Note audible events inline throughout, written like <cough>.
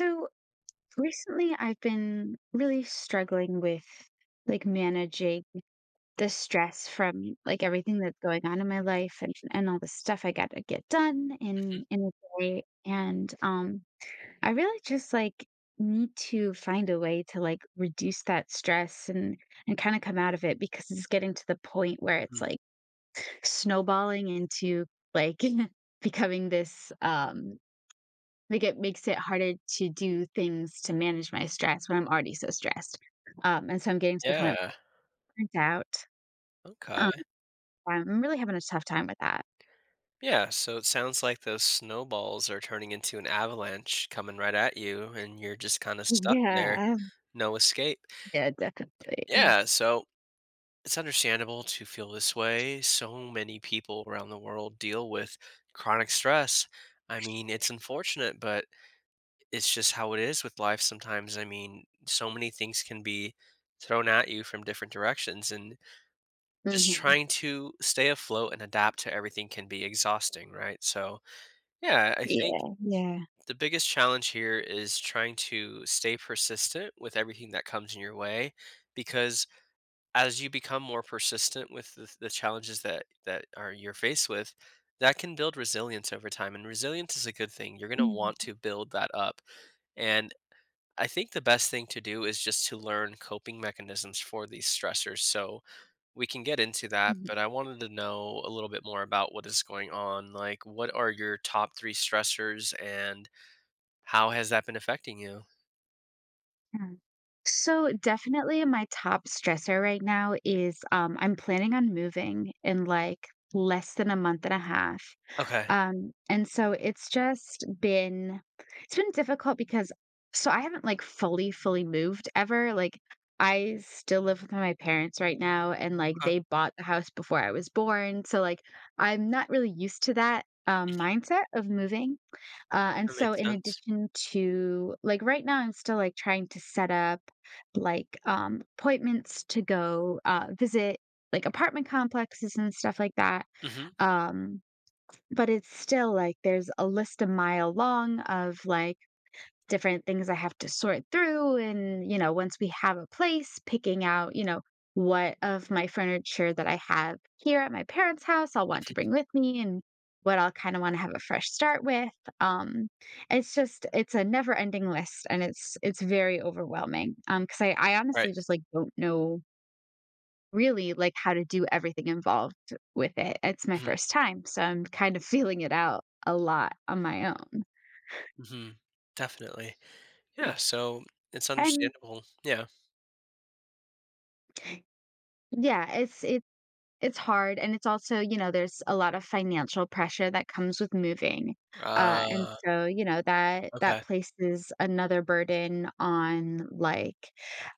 So recently, I've been really struggling with managing the stress from everything that's going on in my life and all the stuff I got to get done Mhm, in a day. And I really just need to find a way to reduce that stress and kind of come out of it because it's getting to the point where it's mhm. like snowballing into like <laughs> becoming this. It makes it harder to do things to manage my stress when I'm already so stressed, and so I'm getting to the point where Yeah, I'm burnt out. Um, okay. I'm really having a tough time with that. Yeah, so it sounds like those snowballs are turning into an avalanche coming right at you, and you're just kinda stuck there, Yeah, no escape. yeah, definitely. Yeah, so it's understandable to feel this way. So many people around the world deal with chronic stress. I mean, it's unfortunate, but it's just how it is with life sometimes. I mean, so many things can be thrown at you from different directions, and just Mhm. trying to stay afloat and adapt to everything can be exhausting, right? So, yeah, I think Yeah, yeah. the biggest challenge here is trying to stay persistent with everything that comes in your way because as you become more persistent with the challenges that that are you're faced with, that can build resilience over time and resilience is a good thing. You're going to want Mhm, to build that up. And I think the best thing to do is just to learn coping mechanisms for these stressors. So, we can get into that, mhm, but I wanted to know a little bit more about what is going on. Like, what are your top 3 stressors, and how has that been affecting you? yeah. So, definitely my top stressor right now is, I'm planning on moving in, like, less than a month and a half. Okay. And so it's been difficult because so I haven't fully moved ever. Like I still live with my parents right now and like Okay. they bought the house before I was born. So like I'm not really used to that Mhm. mindset of moving. And That so makes in sense. addition to right now I'm still trying to set up appointments to go visit like apartment complexes and stuff like that. Mhm. Um but it's still like there's a list a mile long of like different things I have to sort through. And, you know, once we have a place, picking out, you know, what of my furniture that I have here at my parents' house I'll want to Mhm. bring with me and what I'll kind of want to have a fresh start with. Um, it's just it's a never ending list and it's very overwhelming. Because I Right. honestly just don't know really like how to do everything involved with it. It's my Mhm. first time, so I'm kind of <laughs> feeling it out a lot on my own. Mhm. Definitely. Yeah, so it's And understandable. Yeah. yeah, it's hard, and it's also, you know, there's a lot of financial pressure that comes with moving, and Uh, so, you know, that okay. places another burden on, like,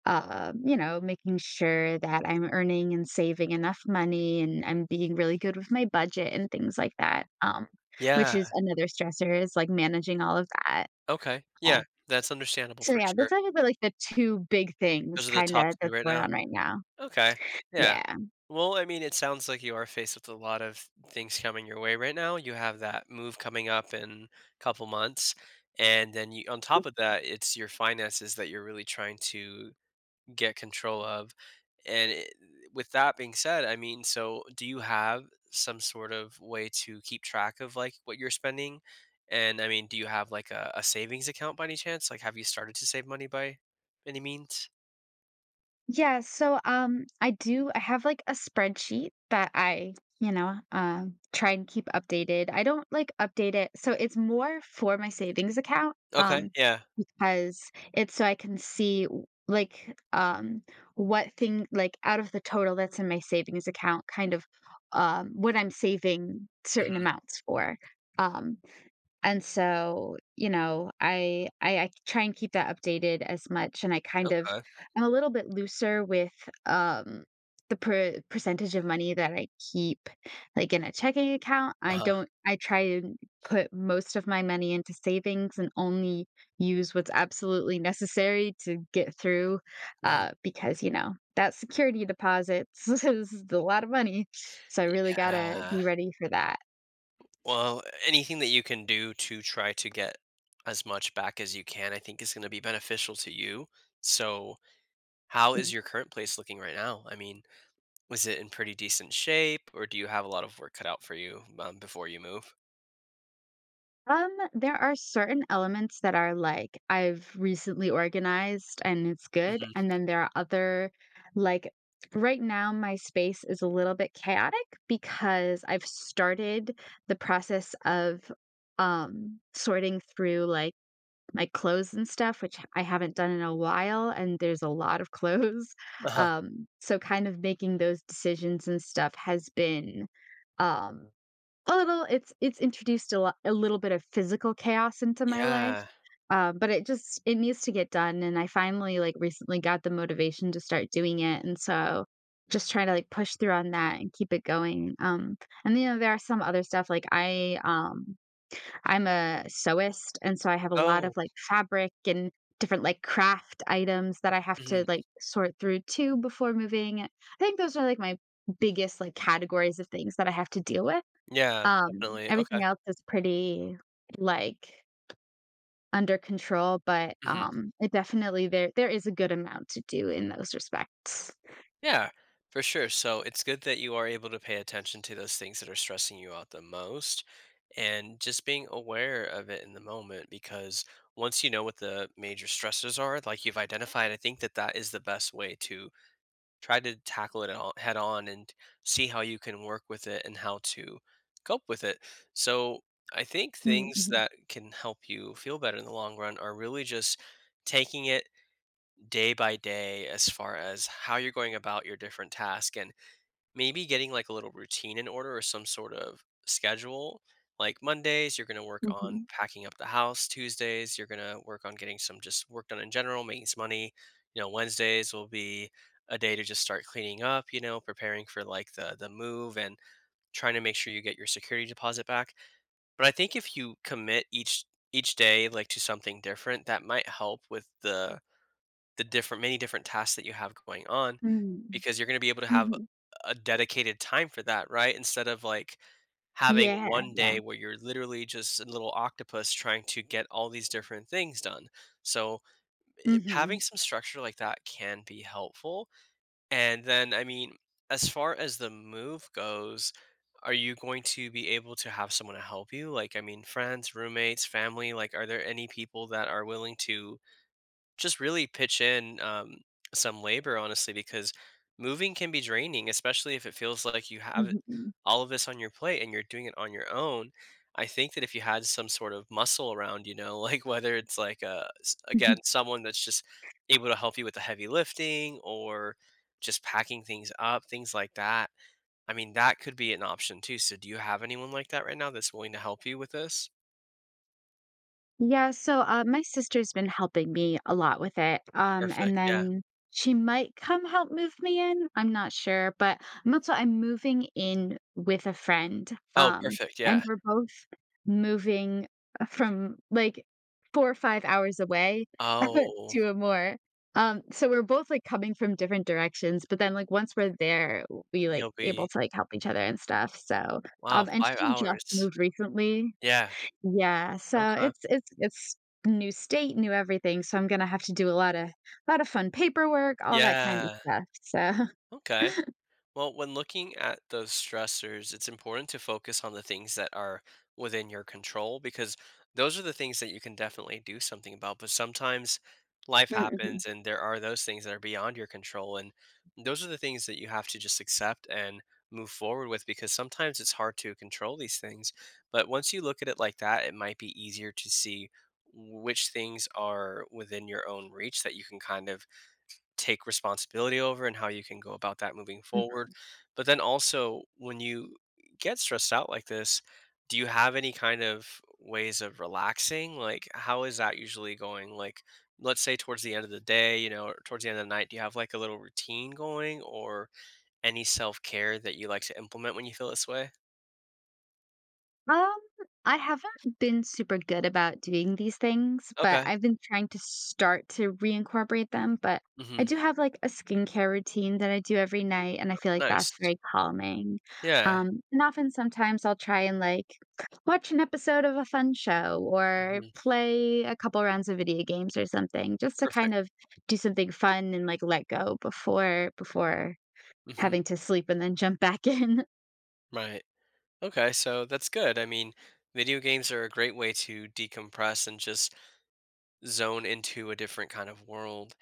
you know, making sure that I'm earning and saving enough money and I'm being really good with my budget and things like that, which Yeah. is another stressor is, like, managing all of that, Okay. Yeah. um, That's understandable so for yeah, sure. those are the, like, the 2 big things Those are the top kinda 2 that's right going now? on right now. Okay. Yeah. Yeah. Well, I mean, it sounds like you are faced with a lot of things coming your way right now. You have that move coming up in a couple months, and then you, on top of that, it's your finances that you're really trying to get control of. And it, with that being said, I mean, so do you have some sort of way to keep track of like what you're spending? And I mean, do you have like a savings account by any chance? Like, have you started to save money by any means? Yeah, I have like a spreadsheet that I, you know, try and keep updated. I don't like update it. So it's more for my savings account Okay, yeah. because it's so I can see w- like what thing like out of the total that's in my savings account kind of what I'm saving certain Hmm. amounts for. Um and so, you know, I try and keep that updated as much and I kind of Okay. I'm a little bit looser with, um, the percentage of money that I keep, like, in a checking account. I Uh-huh. don't I try and put most of my money into savings and only use what's absolutely necessary to get through, Mhm. Because, you know, that security deposits <laughs> is a lot of money. So I really gotta Yeah. be ready for that. Well, anything that you can do to try to get as much back as you can, I think is going to be beneficial to you. So, how is your current place looking right now? I mean, was it in pretty decent shape, or do you have a lot of work cut out for you before you move? There are certain elements that are like I've recently organized and it's good. Hmm. And then there are other, like right now, my space is a little bit chaotic because I've started the process of sorting through my clothes and stuff, which I haven't done in a while. And there's a lot of clothes. Uh <laughs> huh. So kind of making those decisions and stuff has been um a little it's introduced a little bit of physical chaos into my life, Yeah. But it needs to get done, and I finally, like, recently got the motivation to start doing it, and so just trying to, like, push through on that and keep it going, and, you know, there are some other stuff, like, I'm a sewist, and so I have a lot Oh. of, like, fabric and different, like, craft items that I have Hmm. to, like, sort through too before moving. I think those are, like, my biggest, like, categories of things that I have to deal with. Yeah. Definitely. Okay. Everything else is pretty, like, under control, but, Hmm. It definitely there is a good amount to do in those respects. Yeah, for sure. So it's good that you are able to pay attention to those things that are stressing you out the most and just being aware of it in the moment because once you know what the major stresses are, like you've identified, I think that that is the best way to try to tackle it all- head on and see how you can work with it and how to cope with it. So I think Mm, things mhm, that can help you feel better in the long run are really just taking it day by day as far as how you're going about your different tasks, and maybe getting like a little routine in order or some sort of schedule. Like Mondays, you're going to work on mhm, packing up the house. Tuesdays, you're going to work on getting some just work done in general, making some money. You know, Wednesdays will be a day to just start cleaning up, you know, preparing for like the move and trying to make sure you get your security deposit back. But I think if you commit each day like to something different, that might help with the different many different tasks that you have going on mm, because you're going to be able to have mhm. a dedicated time for that, right? Instead of like having Yeah, one yeah. day where you're literally just a little octopus trying to get all these different things done. So, having Mhm, some structure like that can be helpful. And then, I mean, as far as the move goes, are you going to be able to have someone to help you? Like, I mean, friends, roommates, family, like, are there any people that are willing to just really pitch in some labor, honestly, because moving can be draining, especially if it feels like you have mhm. all of this on your plate and you're doing it on your own. I think that if you had some sort of muscle around, you know, <laughs> like whether it's like a again someone that's just able to help you with the heavy lifting or just packing things up, things like that. I mean, that could be an option too. So, do you have anyone like that right now that's willing to help you with this? Yeah, so, my sister's been helping me a lot with it, Perfect. and Yeah. then she might come help move me in, I'm not sure, but I'm moving in with a friend, Oh, um, perfect. Yeah. and we're both moving from, like, 4 or 5 hours away <laughs> Oh, to a more. So we're both, like, coming from different directions, but then, like, once we're there, we, like, you'll be. able to, like, help each other and stuff, so, Wow, and 5 she just hours. moved recently Yeah. yeah, so Okay. It's new state, new everything, so I'm gonna have to do a lot of fun paperwork, all that kind of Yeah. stuff, so Okay. Well, when looking at those stressors, it's important to focus on the things that are within your control because those are the things that you can definitely do something about. But sometimes <laughs> life happens Mhm, and there are those things that are beyond your control. And those are the things that you have to just accept and move forward with because sometimes it's hard to control these things. But once you look at it like that, it might be easier to see which things are within your own reach that you can kind of take responsibility over and how you can go about that moving forward. mhm. But then also, when you get stressed out like this, do you have any kind of ways of relaxing? Like, how is that usually going? Like, let's say towards the end of the day, you know, or towards the end of the night, do you have like a little routine going or any self care that you like to implement when you feel this way? Um, I haven't been super good about doing these things, but Okay. I've been trying to start to reincorporate them, but I Hmm. do have, like, a skincare routine that I do every night, and I feel like that's Nice. very calming. Yeah. And often sometimes I'll try and, like, watch an episode of a fun show or Hmm. play a couple rounds of video games or something just to kind Perfect. of do something fun and, like, let go before Hmm. having to sleep and then jump back in. Right. Okay, so that's good. I mean, video games are a great way to decompress and just zone into a different kind of world.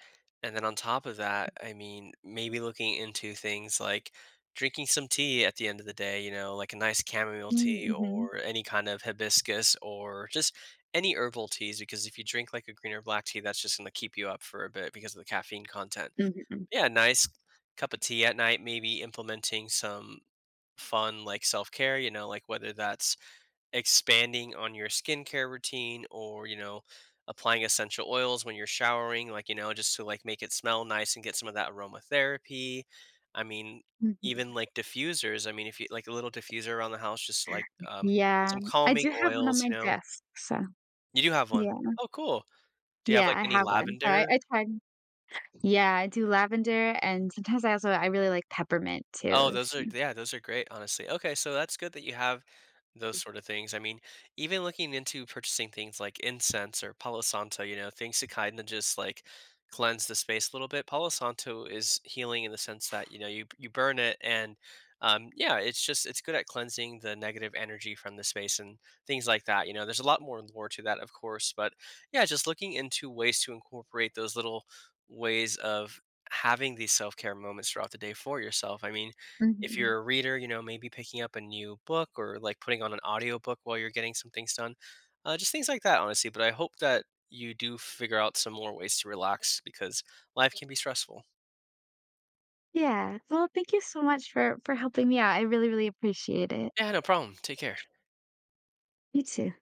And then on top of that, I mean, maybe looking into things like drinking some tea at the end of the day, you know, like a nice chamomile tea <laughs> or any kind of hibiscus or just any herbal teas, because if you drink like a green or black tea, that's just going to keep you up for a bit because of the caffeine content. Mm, mhm. Mhm. Yeah, nice cup of tea at night, maybe implementing some fun like self-care, you know, like whether that's expanding on your skincare routine or, you know, applying essential oils when you're showering, like, you know, just to like make it smell nice and get some of that aromatherapy. I mean, Mhm. even like diffusers. I mean, if you like a little diffuser around the house, just like Yeah, some I calming do have one on oils, my you know. desk, so You do have one. yeah. Oh, cool. Do you have Yeah, like I any have one. So I lavender? I tried. Yeah, I do lavender and sometimes I also I really like peppermint too, Oh, those are so. yeah, those are great, honestly. Okay, so that's good that you have those sort of things. I mean, even looking into purchasing things like incense or Palo Santo, you know, things to kind of just like cleanse the space a little bit. Palo Santo is healing in the sense that you know you burn it and yeah, it's just it's good at cleansing the negative energy from the space and things like that. You know, there's a lot more lore to that, of course, but yeah, just looking into ways to incorporate those little ways of having these self-care moments throughout the day for yourself. I mean, if Mhm. you're a reader, you know, maybe picking up a new book or like putting on an audiobook while you're getting some things done. Just things like that, honestly. But I hope that you do figure out some more ways to relax because life can be stressful. Yeah. Well, thank you so much for helping me out. I really, really appreciate it. Yeah, no problem. Take care. You too.